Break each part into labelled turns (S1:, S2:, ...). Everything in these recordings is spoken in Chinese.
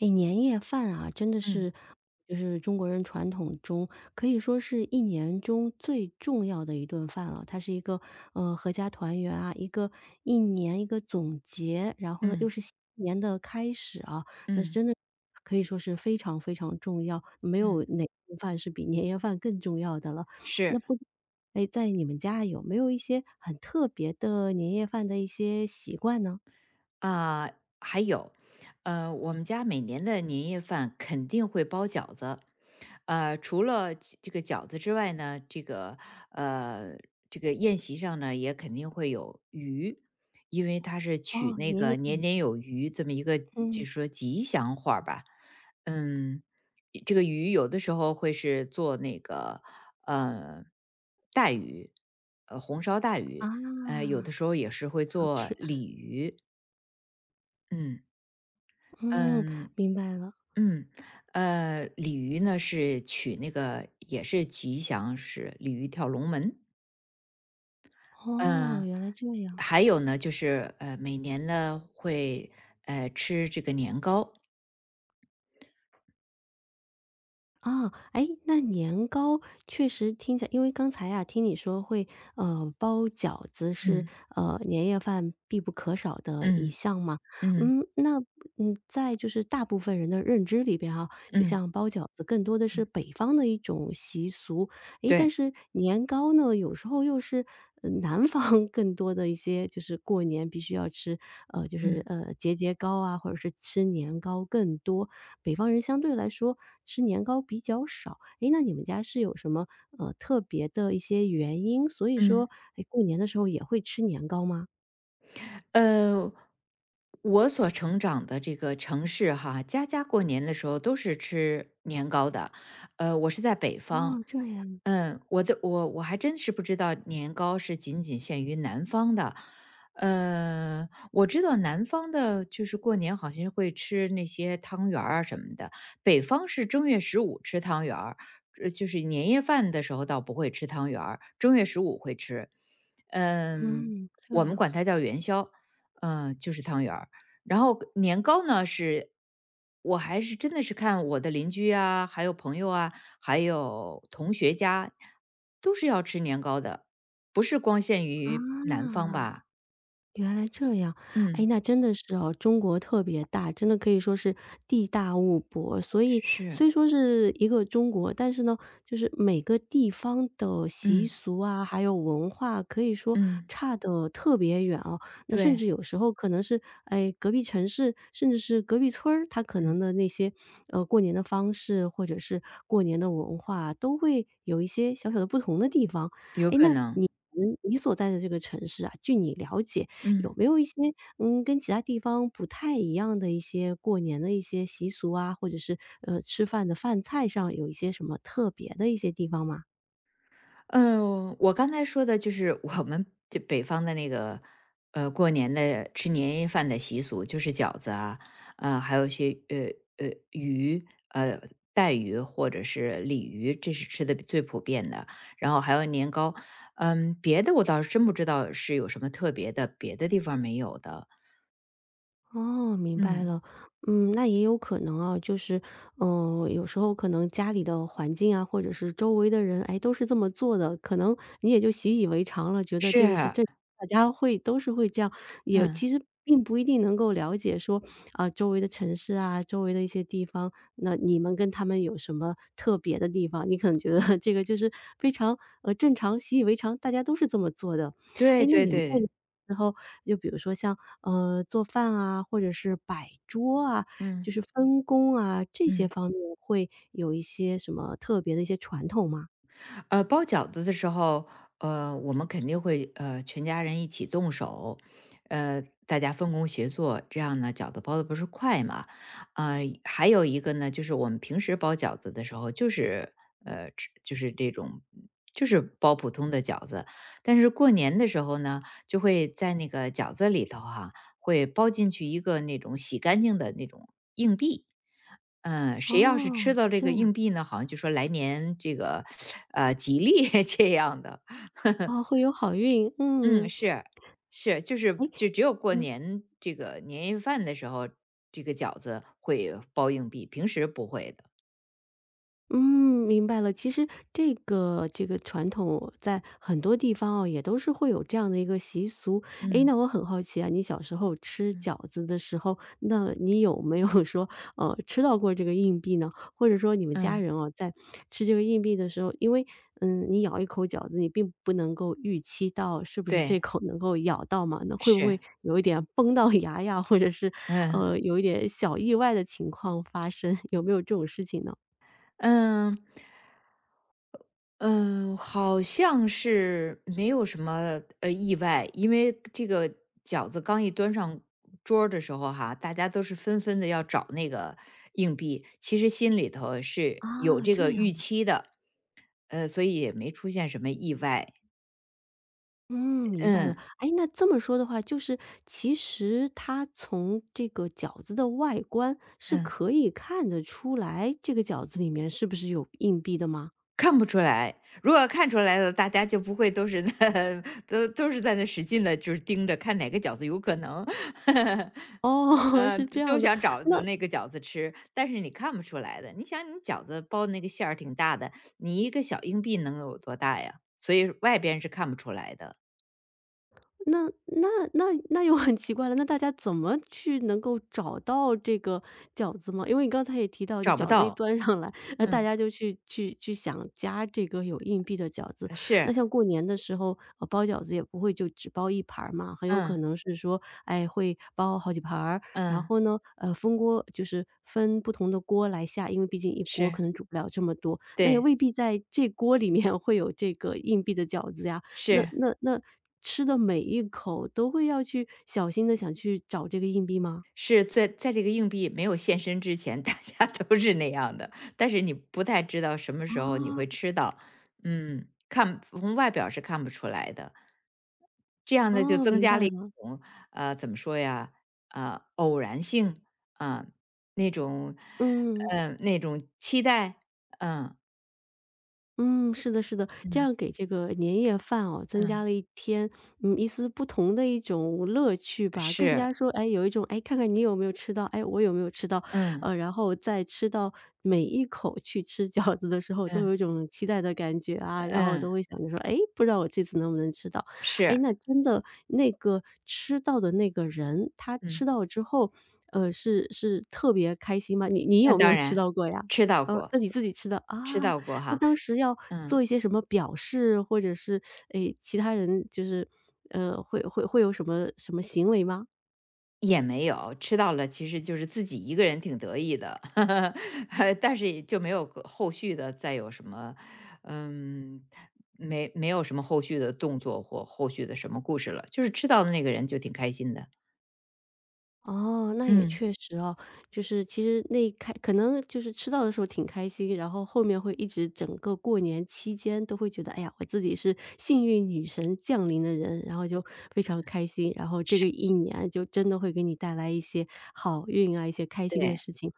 S1: 哎，年夜饭啊，真的是
S2: 嗯
S1: 就是中国人传统中可以说是一年中最重要的一顿饭了。它是一个合家团圆啊，一个一年一个总结，然后呢又
S2: 嗯
S1: 是新年的开始啊，那是
S2: 嗯
S1: 真的可以说是非常非常重要，没有
S2: 嗯，
S1: 哪顿饭是比年夜饭更重要的了。那
S2: 是。
S1: 不，哎，在你们家有没有一些很特别的年夜饭的一些习惯呢？
S2: 啊，还有，我们家每年的年夜饭肯定会包饺子，除了这个饺子之外呢，呃，这个宴席上呢也肯定会有鱼，因为它是取
S1: 哦，
S2: 那
S1: 年年，
S2: 个年
S1: 嗯
S2: 年有余这么一个
S1: 嗯
S2: 就是说吉祥话儿吧，嗯，这个鱼有的时候会是做那个呃带鱼，红烧带
S1: 啊，
S2: 鱼，有的时候也是会
S1: 好
S2: 做
S1: 吃。
S2: 鲤鱼。嗯
S1: 嗯，
S2: 嗯
S1: 明白了。
S2: 嗯，鲤鱼呢是取那个也是吉祥，是鲤鱼跳龙门。
S1: 哦，
S2: 嗯、
S1: 原来这样。
S2: 还有呢就是每年呢会吃这个年糕。
S1: 啊，哎，那年糕确实听起来因为刚才啊，听你说会，包饺子是，
S2: 嗯
S1: 年夜饭必不可少的一
S2: 嗯
S1: 项嘛。
S2: 嗯
S1: 嗯，那，在就是大部分人的认知里边啊，就
S2: 嗯，
S1: 像包饺子更多的是北方的一种习俗，诶，但
S2: 对，
S1: 是年糕呢，有时候又是，南方 更多的一些就是过年必须要吃，就是，
S2: 嗯
S1: 节节糕啊，或者是吃年糕更多。北方人相对来说吃年糕比较少。诶，那你们家是有什么，特别的一些原因，所以
S2: 嗯。
S1: 说，诶，过年的时候也会吃年糕吗？
S2: 呃，我所成长的这个城市哈，家家过年的时候都是吃年糕的。我是在北方，
S1: 哦，这样，
S2: 嗯，我的我我还真是不知道年糕是仅仅限于南方的。我知道南方的就是过年好像会吃那些汤圆儿啊什么的，北方是正月十五吃汤圆儿，就是年夜饭的时候倒不会吃汤圆儿，正月十五会吃。嗯，
S1: 嗯，这
S2: 我们
S1: 样。
S2: 管它叫元宵。嗯，就是汤圆儿。然后年糕呢是我还是真的是看我的邻居啊，还有朋友啊，还有同学家，都是要吃年糕的，不是光限于南方
S1: 啊。
S2: 吧？
S1: 原来这样，哎，
S2: 嗯，
S1: 那真的是哦，中国特别大，真的可以说是地大物博。所以
S2: 是，
S1: 虽说是一个中国，但是呢，就是每个地方的习
S2: 嗯
S1: 俗啊，还有文化，可以说
S2: 嗯，
S1: 差的特别远哦。那甚
S2: 对，
S1: 至有时候可能是，哎，隔壁城市，甚至是隔壁村儿，它可能
S2: 嗯，
S1: 的那些过年的方式，或者是过年的文化，都会有一些小小的不同的地方。
S2: 有
S1: 哎，
S2: 可
S1: 那
S2: 能，
S1: 你所在的这个城市啊，据你了解。
S2: 嗯。
S1: 有没有一些跟其他地方不太一样的一些过年的一些习俗啊，或者是吃饭的饭菜上有一些什么特别的一些地方吗？
S2: 嗯，我刚才说的就是我们这北方的那个，过年的吃年夜饭的习俗，就是饺子啊，还有一些鱼，呃带鱼或者是鲤鱼，这是吃的最普遍的。然后还有年糕，嗯，别的我倒是真不知道是有什么特别的，别的地方没有的。
S1: 哦，明白
S2: 嗯，
S1: 了。嗯，那也有可能啊，就是，有时候可能家里的环境啊，或者是周围的人，哎，都是这么做的，可能你也就习以为常了，觉得
S2: 是
S1: 这个是
S2: 啊，
S1: 大家会都是会这样，也
S2: 嗯，
S1: 其实并不一定能够了解说，啊，周围的城市啊，周围的一些地方，那你们跟他们有什么特别的地方？你可能觉得 这个就是非常，正常、习以为常，大家都是这么做的。哎，
S2: 对
S1: 那
S2: 对
S1: 你们会
S2: 对，
S1: 然后就比如说像，做饭啊，或者是摆桌啊，
S2: 嗯
S1: 就是分工啊，这些
S2: 嗯。
S1: 方面会有一些什么特别的一些传统吗？
S2: 包饺子的时候，我们肯定会全家人一起动手，大家分工协作，这样呢饺子包的不是快嘛？还有一个呢，就是我们平时包饺子的时候，就是吃就是这种就是包普通的饺子，但是过年的时候呢，就会在那个饺子里头哈、会包进去一个那种洗干净的那种硬币。嗯，谁要是
S1: 哦，
S2: 吃到
S1: 还
S2: 这
S1: 这
S2: 个
S1: 样，
S2: 硬币呢，好像就说来年这个，吉利 这样的。
S1: 啊，会有好运，
S2: 嗯，
S1: 嗯。
S2: 是是，就
S1: 哎，
S2: 是就只有过
S1: 嗯。
S2: 年这个年夜饭的时候，这个饺子会包硬币，平时不会的。
S1: 嗯，明白了。其实这个传统在很多地方哦，也都是会有这样的一个习俗。诶，
S2: 嗯
S1: 那我很好奇啊，你小时候吃
S2: 嗯
S1: 饺子的时候，那你有没有说，吃到过这个硬币呢？或者说你们家
S2: 嗯，
S1: 人哦，在吃这个硬币的时候，因为你咬一口饺子，你并不能够预期到是不是这
S2: 对，
S1: 口能够咬到嘛，那会不会
S2: 是，
S1: 有一点崩到牙呀，或者是
S2: 嗯
S1: 有一点小意外的情况发生，有没有这种事情呢？
S2: 嗯。嗯，好像是没有什么意外，因为这个饺子刚一端上桌儿的时候哈，大家都是纷纷的要找那个硬币，其实心里头是有
S1: 啊，
S2: 这
S1: 这
S2: 个预
S1: 样，
S2: 期的，所以也没出现什么意外。
S1: 嗯，明白了。
S2: 嗯
S1: 哎，那这么说的话，就是其实它从这个饺子的外观是
S2: 嗯，
S1: 可以看得出来，这个饺子里面是不是有硬币的吗？
S2: 看不出来，如果看出来了，大家就不会都是那 都是在那使劲的，就是盯着看哪个饺子有可能。
S1: 哦，
S2: 嗯，
S1: 是这
S2: 都
S1: 样的。
S2: 想找着那个饺子吃，但是你看不出来的。你想你饺子包的那个馅儿挺大的，你一个小硬币能有多大呀？所以外边是看不出来的，
S1: 那那那那又很奇怪了，那大家怎么去能够找到这个饺子吗？因为你刚才也提到，就
S2: 找不
S1: 饺子一
S2: 到。
S1: 端上来，那大
S2: 嗯，
S1: 家就去想夹这个有硬币的饺子。那
S2: 是，
S1: 像过年的时候，包饺子也不会就只包一盘儿嘛，很有可
S2: 嗯，
S1: 能是说，哎，会包好几盘儿，然
S2: 嗯，
S1: 后呢，分锅就是分不同的锅来下，因为毕竟一锅可
S2: 是，
S1: 能煮不了这么多，那也
S2: 对，
S1: 未必在这锅里面会有这个硬币的饺子呀。那
S2: 是。
S1: 那那吃的每一口都会要去小心的想去找这个硬币吗？
S2: 是在这个硬币没有现身之前，大家都是那样的，但是你不太知道什么时候你
S1: 哦。
S2: 会吃到，嗯，看从外表是看不出来的。这样呢，就
S1: 哦，
S2: 增
S1: 明白
S2: 加了一
S1: 了，
S2: 种怎么说呀？啊，偶然性啊、那种，
S1: 嗯。
S2: 嗯、那种期待，嗯
S1: 嗯，是的，是的，这
S2: 嗯
S1: 样给这个年夜饭哦，增加
S2: 嗯，
S1: 了一天，一丝不同的一种乐趣吧。更
S2: 是，
S1: 加说，哎，有一种，哎，看看你有没有吃到，哎，我有没有吃到，
S2: 嗯
S1: 然后在吃到每一口去吃饺子的时候，都
S2: 嗯
S1: 有一种期待的感觉啊，然后
S2: 嗯，
S1: 都会想着说，哎，不知道我这次能不能吃到。哎，
S2: 是，
S1: 那真的那个吃到的那个人，他吃
S2: 嗯，
S1: 到之后，是特别开心吗？你
S2: 那
S1: 有没有
S2: 当
S1: 吃
S2: 然
S1: 到过呀？
S2: 吃到
S1: 哦，
S2: 过，
S1: 那你自己吃的
S2: 吃
S1: 啊？
S2: 到过
S1: 那
S2: 哈，
S1: 当时要
S2: 嗯。
S1: 做一些什么表示，或者是，诶，其他人就是，会有什么什么行为吗？
S2: 也没有，吃到了其实就是自己一个人挺得意的，但是也就没有个后续的再有什么，嗯，没有什么后续的动作或后续的什么故事了，就是吃到的那个人就挺开心的。
S1: 哦，那也
S2: 嗯，
S1: 确实哦，就是其实那一开可能就是吃到的时候挺开心，然后后面会一直整个过年期间都会觉得，哎呀，我自己是幸运女神降临的人，然后就非常开心，然后这个一年就真的会给你带来一些好运啊，一些开心的
S2: 对，
S1: 事情。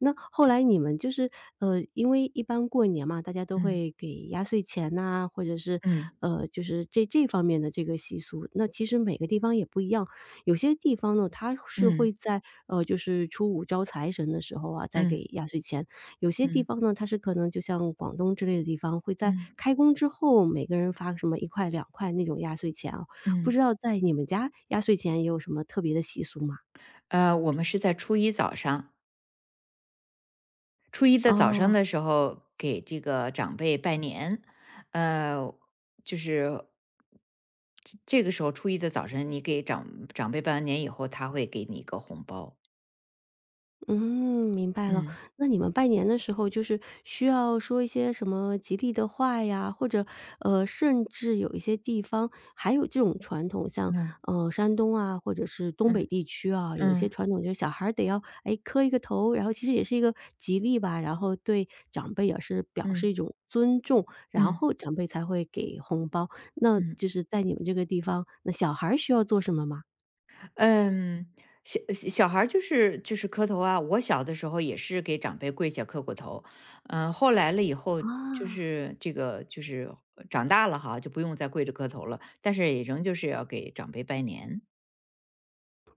S1: 那后来你们就是，因为一般过年嘛，大家都
S2: 嗯
S1: 会给压岁钱呐，或者是，
S2: 嗯
S1: 就是这方面的这个习俗。那其实每个地方也不一样，有些地方呢，它是会
S2: 嗯
S1: 在，就是初五招财神的时候啊，再给
S2: 嗯
S1: 压岁钱；有些地
S2: 嗯
S1: 方呢，它是可能就像广东之类的地方，会在
S2: 嗯
S1: 开工之后每个人发个什么一块两块那种压岁钱啊。不
S2: 嗯。
S1: 知道在你们家压岁钱也有什么特别的习俗吗？
S2: 我们是在初一早上，初一的早上
S1: 哦。
S2: 的时候给这个长辈拜年，呃，就是这个时候初一的早晨，你给长辈拜完年以后，他会给你一个红包。
S1: 嗯，明白了。
S2: 嗯
S1: 那你们拜年的时候，就是需要说一些什么吉利的话呀，或者甚至有一些地方还有这种传统，像
S2: 嗯
S1: 山东啊，或者是东
S2: 嗯
S1: 北地区啊，有一些
S2: 嗯
S1: 传统就是小孩儿得要哎磕一个头，然后其实也是一个吉利吧，然后对长辈也是表示一
S2: 嗯
S1: 种尊重，然
S2: 嗯
S1: 后长辈才会给红包。那
S2: 嗯
S1: 就是在你们这个地方，那小孩儿需要做什么吗？
S2: 嗯，小孩儿就是磕头啊。我小的时候也是给长辈跪下磕过头，嗯、后来了以后就
S1: 啊，
S2: 是这个就是长大了哈，就不用再跪着磕头了，但是也仍旧是要给长辈拜年。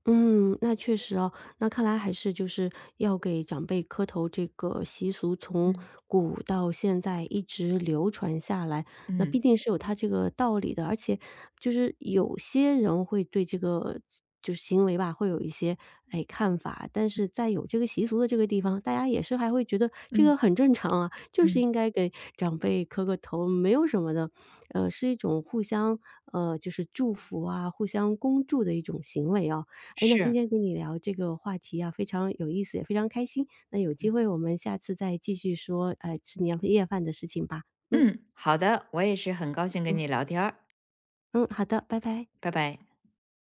S1: 嗯，那确实哦，那看来还是就是要给长辈磕头这个习俗，从
S2: 嗯
S1: 古到现在一直流传下来，那必
S2: 嗯
S1: 定是有它这个道理的。而且就是有些人会对这个就是行为吧，会有一些哎看法，但是在有这个习俗的这个地方，大家也是还会觉得这
S2: 嗯
S1: 个很正常啊，就是
S2: 嗯，
S1: 应该给长辈磕个头，没有什么的。是一种互相就是祝福啊，互相恭祝的一种行为啊。哎，那今
S2: 是，
S1: 天跟你聊这个话题啊，非常有意思，也非常开心。那有机
S2: 嗯
S1: 会我们下次再继续说，吃年夜饭的事情吧。嗯
S2: 嗯，好的，我也是很高兴跟
S1: 嗯
S2: 你聊天儿
S1: 嗯，好的，拜拜。
S2: 拜拜。